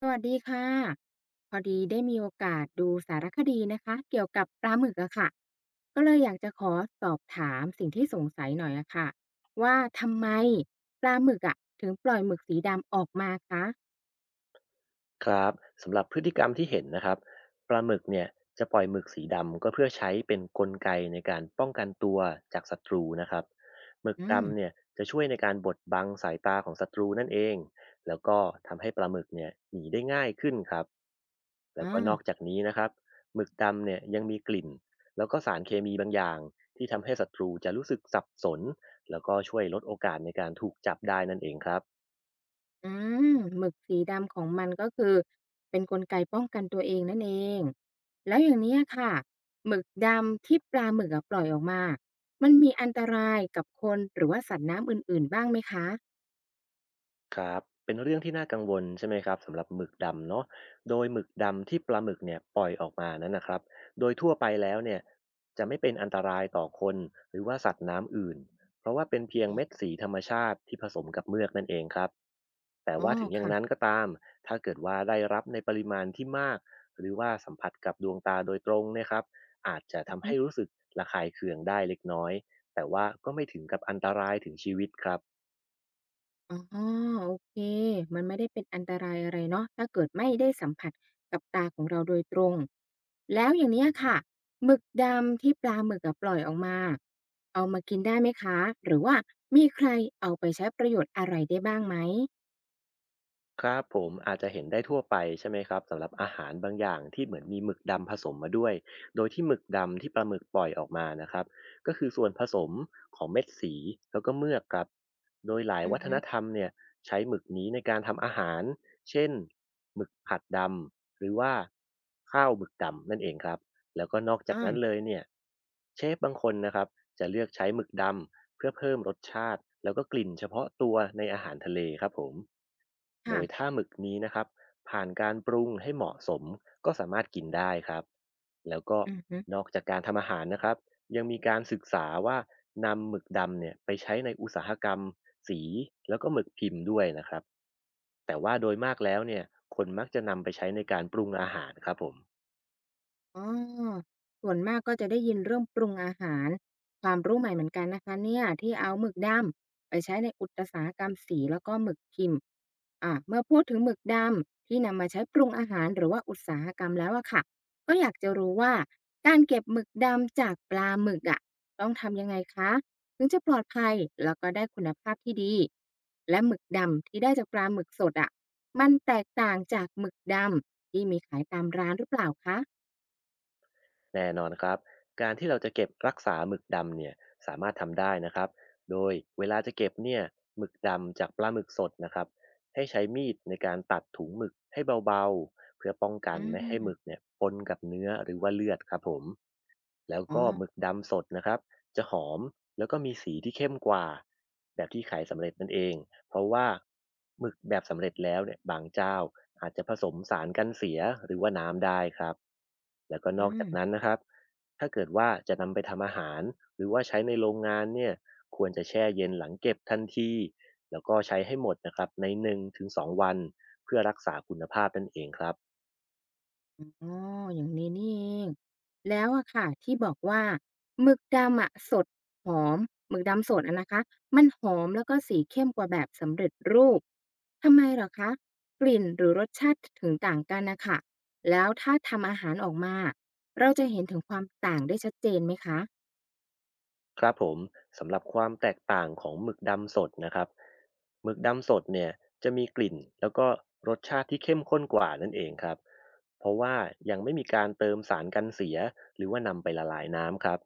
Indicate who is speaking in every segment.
Speaker 1: สวัสดีค่ะพอดีได้มีโอกาสดูสารคดีนะคะเกี่ยวกับปลาหมึกอะค่ะก็เลยอยากจะขอสอบถามสิ่งที่สงสัยหน่อยอะค่ะว่าทำไมปลาหมึกอะถึงปล่อยหมึกสีดำออกมาคะ
Speaker 2: ครับสำหรับพฤติกรรมที่เห็นนะครับปลาหมึกเนี่ยจะปล่อยหมึกสีดำก็เพื่อใช้เป็นกลไกในการป้องกันตัวจากศัตรูนะครับหมึก
Speaker 1: อืม
Speaker 2: ดำเนี่ยจะช่วยในการบดบังสายตาของศัตรูนั่นเองแล้วก็ทำให้ปลาหมึกเนี่ยหนีได้ง่ายขึ้นครับแล้ว
Speaker 1: อ่า
Speaker 2: ก็นอกจากนี้นะครับหมึกดำเนี่ยยังมีกลิ่นแล้วก็สารเคมีบางอย่างที่ทำให้ศัตรูจะรู้สึกสับสนแล้วก็ช่วยลดโอกาสในการถูกจับได้นั่นเองครับ
Speaker 1: อืหมึกสีดำของมันก็คือเป็นกลไกป้องกันตัวเองนั่นเองแล้วอย่างเนี้ยค่ะหมึกดำที่ปลาหมึกอะปล่อยออกมามันมีอันตรายกับคนหรือว่าสัตว์น้ำอื่นๆบ้างไหมคะ
Speaker 2: ครับเป็นเรื่องที่น่ากังวลใช่ไหมครับสำหรับหมึกดำเนาะโดยหมึกดำที่ปลาหมึกเนี่ยปล่อยออกมานั้นนะครับโดยทั่วไปแล้วเนี่ยจะไม่เป็นอันตรายต่อคนหรือว่าสัตว์น้ำอื่นเพราะว่าเป็นเพียงเม็ดสีธรรมชาติที่ผสมกับเมือกนั่นเองครับแต่
Speaker 1: อ๋อ
Speaker 2: ว่าถึงอย่าง
Speaker 1: ค่ะ
Speaker 2: นั้นก็ตามถ้าเกิดว่าได้รับในปริมาณที่มากหรือว่าสัมผัสกับดวงตาโดยตรงเนะครับอาจจะทำให้รู้สึกระคายเคืองได้เล็กน้อยแต่ว่าก็ไม่ถึงกับอันตรายถึงชีวิตครับ
Speaker 1: อ๋อโอเคมันไม่ได้เป็นอันตรายอะไรเนาะถ้าเกิดไม่ได้สัมผัสกับตาของเราโดยตรงแล้วอย่างเนี้ยค่ะหมึกดำที่ปลาหมึกอะปล่อยออกมาเอามากินได้ไหมคะหรือว่ามีใครเอาไปใช้ประโยชน์อะไรได้บ้างไหม
Speaker 2: ครับผมอาจจะเห็นได้ทั่วไปใช่ไหมครับสำหรับอาหารบางอย่างที่เหมือนมีหมึกดำผสมมาด้วยโดยที่หมึกดำที่ปลาหมึกปล่อยออกมานะครับก็คือส่วนผสมของเม็ดสีแล้วก็เมือกครับโดยหลาย
Speaker 1: อื
Speaker 2: วั
Speaker 1: อ
Speaker 2: ฒ
Speaker 1: ฮึ
Speaker 2: นธรรมเนี่ยใช้หมึกนี้ในการทำอาหารเช่นหมึกผัดดำหรือว่าข้าวหมึกดำนั่นเองครับแล้วก็นอกจาก
Speaker 1: อา
Speaker 2: นั้นเลยเนี่ยเชฟบางคนนะครับจะเลือกใช้หมึกดำ เพื่อเพิ่มรสชาติแล้วก็กลิ่นเฉพาะตัวในอาหารทะเลครับผมโด
Speaker 1: ค่ะ
Speaker 2: ยถ้าหมึกนี้นะครับผ่านการปรุงให้เหมาะสมก็สามารถกินได้ครับ แล้วก็
Speaker 1: อือฮึ
Speaker 2: นอกจากการทำอาหารนะครับยังมีการศึกษาว่านำหมึกดำเนี่ยไปใช้ในอุตสาหกรรมสีแล้วก็หมึกพิมพ์ด้วยนะครับแต่ว่าโดยมากแล้วเนี่ยคนมักจะนำไปใช้ในการปรุงอาหารครับผม
Speaker 1: อ๋อส่วนมากก็จะได้ยินเรื่องปรุงอาหารความรู้ใหม่เหมือนกันนะคะเนี่ยที่เอาหมึกดำไปใช้ในอุตสาหกรรมสีแล้วก็หมึกพิมพ์อ่าเมื่อพูดถึงหมึกดำที่นำมาใช้ปรุงอาหารหรือว่าอุตสาหกรรมแล้วอะค่ะก็อยากจะรู้ว่าการเก็บหมึกดำจากปลาหมึกอะต้องทำยังไงคะถึงจะปลอดภัยแล้วก็ได้คุณภาพที่ดีและหมึกดำที่ได้จากปลาหมึกสดอะมันแตกต่างจากหมึกดำที่มีขายตามร้านหรือเปล่าคะ
Speaker 2: แน่นอนครับการที่เราจะเก็บรักษาหมึกดำเนี่ยสามารถทำได้นะครับโดยเวลาจะเก็บเนี่ยหมึกดำจากปลาหมึกสดนะครับให้ใช้มีดในการตัดถุงหมึกให้เบาๆเพื่อป้องกัน
Speaker 1: อื
Speaker 2: ไม่ให้หมึก
Speaker 1: ม
Speaker 2: เนี่ยปนกับเนื้อหรือว่าเลือดครับผมแล้ว
Speaker 1: อ๋อ
Speaker 2: ก็หมึกดำสดนะครับ จะหอมแล้วก็มีสีที่เข้มกว่าแบบที่ขายสำเร็จนั่นเองเพราะว่าหมึกแบบสำเร็จแล้วเนี่ยบางเจ้าอาจจะผสมสารกันเสียหรือว่าน้ำได้ครับแล้วก็น
Speaker 1: อื
Speaker 2: อกจา
Speaker 1: ม
Speaker 2: กนั้นนะครับถ้าเกิดว่าจะนำไปทำอาหารหรือว่าใช้ในโรงงานเนี่ยควรจะแช่เย็นหลังเก็บทันทีแล้วก็ใช้ให้หมดนะครับในหนึ่งถึงสอ2วันเพื่อรักษาคุณภาพนั่นเองครับ
Speaker 1: อ๋ออย่างนี้นี่เอง แล้วอะค่ะที่บอกว่าหมึกดำอะสดหอมหมึกดำสดอะนะคะมันหอมแล้วก็สีเข้มกว่าแบบสำเร็จรูปทำไมเหรอคะกลิ่นหรือรสชาติถึงต่างกันนะคะแล้วถ้าทำอาหารออกมาเราจะเห็นถึงความต่างได้ชัดเจนไหมคะ
Speaker 2: ครับผมสำหรับความแตกต่างของหมึกดำสดนะครับหมึกดำสดเนี่ยจะมีกลิ่นแล้วก็รสชาติที่เข้มข้นกว่านั่นเองครับเพราะว่ายังไม่มีการเติมสารกันเสียหรือว่านำไปละลายน้ำครับ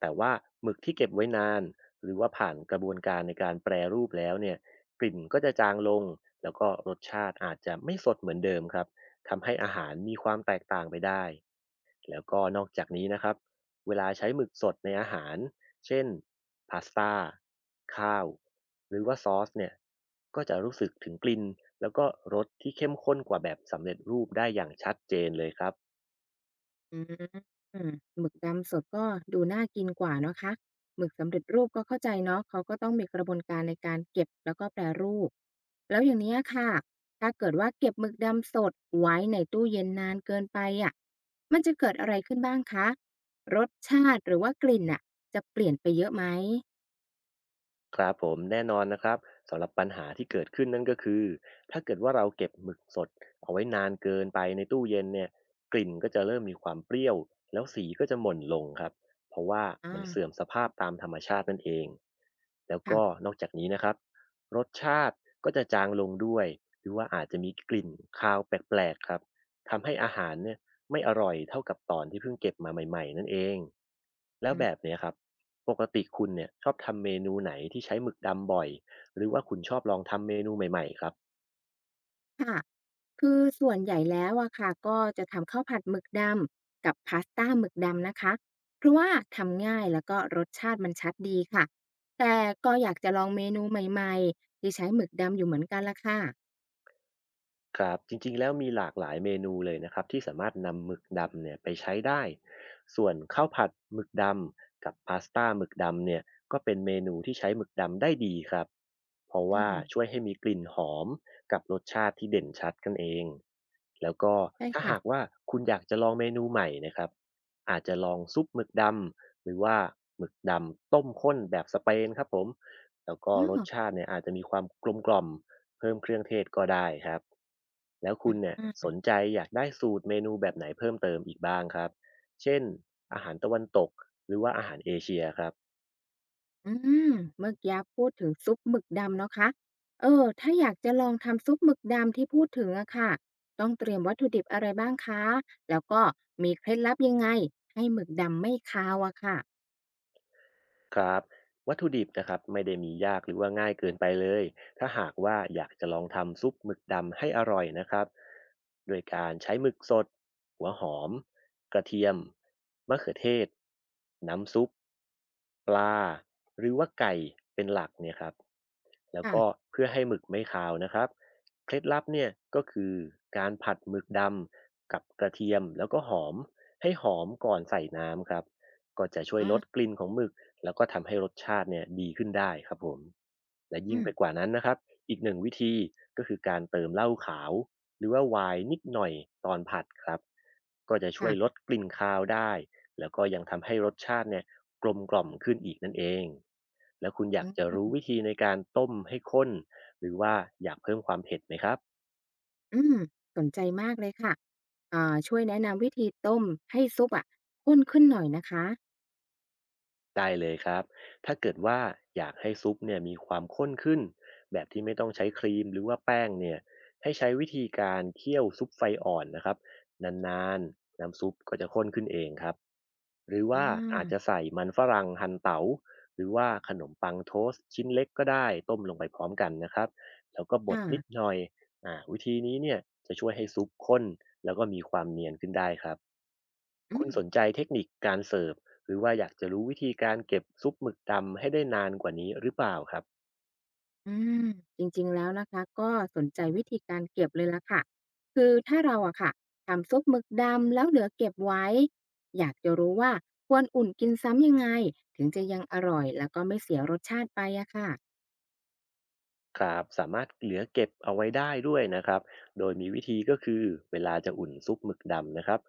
Speaker 2: แต่ว่าหมึกที่เก็บไว้นานหรือว่าผ่านกระบวนการในการแปรรูปแล้วเนี่ยกลิ่นก็จะจางลงแล้วก็รสชาติอาจจะไม่สดเหมือนเดิมครับทำให้อาหารมีความแตกต่างไปได้แล้วก็นอกจากนี้นะครับเวลาใช้หมึกสดในอาหาร เช่นพาสต้าข้าวหรือว่าซอสเนี่ยก็จะรู้สึกถึงกลิ่นแล้วก็รสที่เข้มข้นกว่าแบบสำเร็จรูปได้อย่างชัดเจนเลยครับ
Speaker 1: อืมหมึกดำสดก็ดูน่ากินกว่าเนาะคะหมึกสำเร็จรูปก็เข้าใจเนาะเขาก็ต้องมีกระบวนการในการเก็บแล้วก็แปรรูปแล้วอย่างเนี้ยค่ะถ้าเกิดว่าเก็บหมึกดำสดไว้ในตู้เย็นนานเกินไปอะมันจะเกิดอะไรขึ้นบ้างคะรสชาติหรือว่ากลิ่นอ่ะจะเปลี่ยนไปเยอะไหม
Speaker 2: ครับผมแน่นอนนะครับสำหรับปัญหาที่เกิดขึ้นนั่นก็คือถ้าเกิดว่าเราเก็บหมึกสดเอาไว้นานเกินไปในตู้เย็นเนี่ยกลิ่นก็จะเริ่มมีความเปรี้ยวแล้วสีก็จะหม่นลงครับเพราะว่า
Speaker 1: อา
Speaker 2: มันเสื่อมสภาพตามธรรมชาตินั่นเองแล้วก็
Speaker 1: ค่ะ
Speaker 2: นอกจากนี้นะครับรสชาติก็จะจางลงด้วยหรือว่าอาจจะมีกลิ่นคาวแปลกๆครับทำให้อาหารเนี่ยไม่อร่อยเท่ากับตอนที่เพิ่งเก็บมาใหม่ๆนั่นเองแล้วแบบ
Speaker 1: ม
Speaker 2: เนี้ยครับ ปกติคุณเนี่ยชอบทำเมนูไหนที่ใช้หมึกดำบ่อย หรือว่าคุณชอบลองทำเมนูใหม่ๆครับ
Speaker 1: ค่ะ คือส่วนใหญ่แล้วอะค่ะก็จะทำข้าวผัดหมึกดำกับพาสต้าหมึกดำนะคะเพราะว่าทำง่ายแล้วก็รสชาติมันชัดดีค่ะแต่ก็อยากจะลองเมนูใหม่ๆที่ใช้หมึกดำอยู่เหมือนกันละค่ะ
Speaker 2: ครับจริงๆแล้วมีหลากหลายเมนูเลยนะครับที่สามารถนำหมึกดำเนี่ยไปใช้ได้ส่วนข้าวผัดหมึกดำกับพาสต้าหมึกดำเนี่ยก็เป็นเมนูที่ใช้หมึกดำได้ดีครับเพราะ
Speaker 1: อื
Speaker 2: ว่า
Speaker 1: ม
Speaker 2: ช่วยให้มีกลิ่นหอมกับรสชาติที่เด่นชัดกันเองแล้วก็
Speaker 1: ใช่
Speaker 2: ถ้า
Speaker 1: ค่ะ
Speaker 2: หากว่าคุณอยากจะลองเมนูใหม่นะครับอาจจะลองซุปหมึกดำหรือว่าหมึกดำต้มข้นแบบสเปนครับผมแล้วก็
Speaker 1: อ๋
Speaker 2: รส
Speaker 1: อ
Speaker 2: ชาติเนี่ยอาจจะมีความกลมกล่อม เพิ่มเครื่องเทศก็ได้ครับ แล้วคุ
Speaker 1: อ
Speaker 2: ณเนี่ยส
Speaker 1: า
Speaker 2: นใจอยากได้สูตรเมนูแบบไหนเพิ่มเติมอีกบ้างครับเช่นอาหารตะวันตกหรือว่าอาหารเอเชียครับ
Speaker 1: อืมเมื่อกี้พูดถึงซุปหมึกดำเนาะคะเออถ้าอยากจะลองทำซุปหมึกดำที่พูดถึงอะค่ะต้องเตรียมวัตถุดิบอะไรบ้างคะแล้วก็มีเคล็ดลับยังไงให้หมึกดำไม่คาวอะค่ะ
Speaker 2: ครับวัตถุดิบนะครับไม่ได้มียากหรือว่าง่ายเกินไปเลยถ้าหากว่าอยากจะลองทำซุปหมึกดำให้อร่อยนะครับโดยการใช้หมึกสดหัวหอมกระเทียมมะเขือเทศน้ำซุปปลาหรือว่าไก่เป็นหลักเนี่ยครับแล้วก็
Speaker 1: ค่ะ
Speaker 2: เพื่อให้หมึกไม่คาวนะครับเคล็ดลับเนี่ยก็คือการผัดหมึกดำกับกระเทียมแล้วก็หอมให้หอมก่อนใส่น้ำครับก็จะช่วย
Speaker 1: อา
Speaker 2: ลดกลิ่นของหมึก แล้วก็ทำให้รสชาติเนี่ยดีขึ้นได้ครับผมและยิ่ง
Speaker 1: อืม
Speaker 2: ไปกว่านั้นนะครับอีกหนึ่งวิธีก็คือการเติมเหล้าขาวหรือว่าไวน์นิดหน่อยตอนผัดครับก็จะช่วยลด
Speaker 1: ค่ะ
Speaker 2: กลิ่นคาวได้แล้วก็ยังทำให้รสชาติเนี่ยกลมกล่อมขึ้นอีกนั่นเองแล้วคุณอยา
Speaker 1: อื
Speaker 2: กจะ
Speaker 1: ม
Speaker 2: รู้วิธีในการต้มให้ข้นหรือว่าอยากเพิ่มความเผ็ดไหมครับ
Speaker 1: อืมสนใจมากเลยค่ะอ่าช่วยแนะนำวิธีต้มให้ซุปอะข้นขึ้นหน่อยนะคะ
Speaker 2: ได้เลยครับ ถ้าเกิดว่าอยากให้ซุปเนี่ยมีความข้นขึ้นแบบที่ไม่ต้องใช้ครีมหรือว่าแป้งเนี่ยให้ใช้วิธีการเคี่ยวซุปไฟอ่อนนะครับนานๆน้ำซุปก็จะข้นขึ้นเองครับหรือ
Speaker 1: อ
Speaker 2: ว่าอาจจะ
Speaker 1: า
Speaker 2: ใส่มันฝรั่งหั่นเตา๋าหรือว่าขนมปังโทสต์ชิ้นเล็กก็ได้ต้มลงไปพร้อมกันนะครับแล้วก็บดนิด
Speaker 1: ค่ะ
Speaker 2: หน่อยวิธีนี้เนี่ยจะช่วยให้ซุปข้นแล้วก็มีความเนียนขึ้นได้ครับ
Speaker 1: อื
Speaker 2: คุณ
Speaker 1: ม
Speaker 2: สนใจเทคนิคการเสิร์ฟหรือว่าอยากจะรู้วิธีการเก็บซุปหมึกดำให้ได้นานกว่านี้หรือเปล่าครับ
Speaker 1: อืมจริงๆแล้วนะคะก็สนใจวิธีการเก็บเลยล่ะค่ะ คือถ้าเราอะค่ะทำซุปหมึกดำแล้วเหลือเก็บไว้ อยากจะรู้ว่าควรอุ่นกินซ้ำยังไงถึงจะยังอร่อยแล้วก็ไม่เสียรสชาติไปอะค่ะ
Speaker 2: ครับสามารถเหลือเก็บเอาไว้ได้ด้วยนะครับโดยมีวิธีก็คือเวลาจะอุ่นซุปหมึกดำนะครับ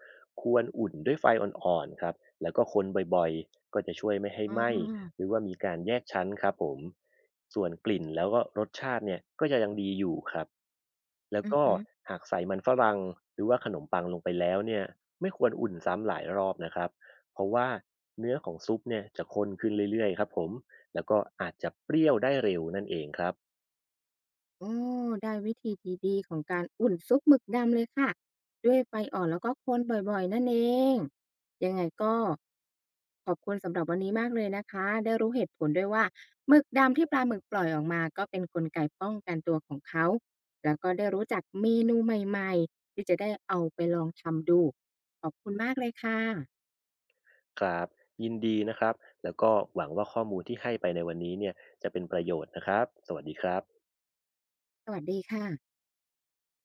Speaker 2: ควรอุ่นด้วยไฟอ่อนๆครับแล้วก็คนบ่อยๆก็จะช่วยไม่ให้
Speaker 1: อ๋
Speaker 2: ไหม้
Speaker 1: อ
Speaker 2: หรือว่ามีการแยกชั้นครับผมส่วนกลิ่นแล้วก็รสชาติเนี่ยก็จะยังดีอยู่ครับแล้ว
Speaker 1: อือ
Speaker 2: ก็
Speaker 1: ฮึ
Speaker 2: หากใส่มันฝรั่งหรือว่าขนมปังลงไปแล้วเนี่ยไม่ควรอุ่นซ้ำหลายรอบนะครับเพราะว่าเนื้อของซุปเนี่ยจะข้นขึ้นเรื่อยๆครับผมแล้วก็อาจจะเปรี้ยวได้เร็วนั่นเองครับ
Speaker 1: โอ้อได้วิธีดีๆของการอุ่นซุปหมึกดำเลยค่ะด้วยไฟอ่อนแล้วก็คนบ่อยๆนั่นเองยังไงก็ขอบคุณสำหรับวันนี้มากเลยนะคะได้รู้เหตุผลด้วยว่าหมึกดำที่ปลาหมึกปล่อยออกมาก็เป็นกลไกป้องกันตัวของเขาแล้วก็ได้รู้จักเมนูใหม่ๆที่จะได้เอาไปลองทำดูขอบคุณมากเลยค่ะ
Speaker 2: ครับยินดีนะครับแล้วก็หวังว่าข้อมูลที่ให้ไปในวันนี้เนี่ยจะเป็นประโยชน์นะครับสวัสดีครับ
Speaker 1: สวัสดีค่ะ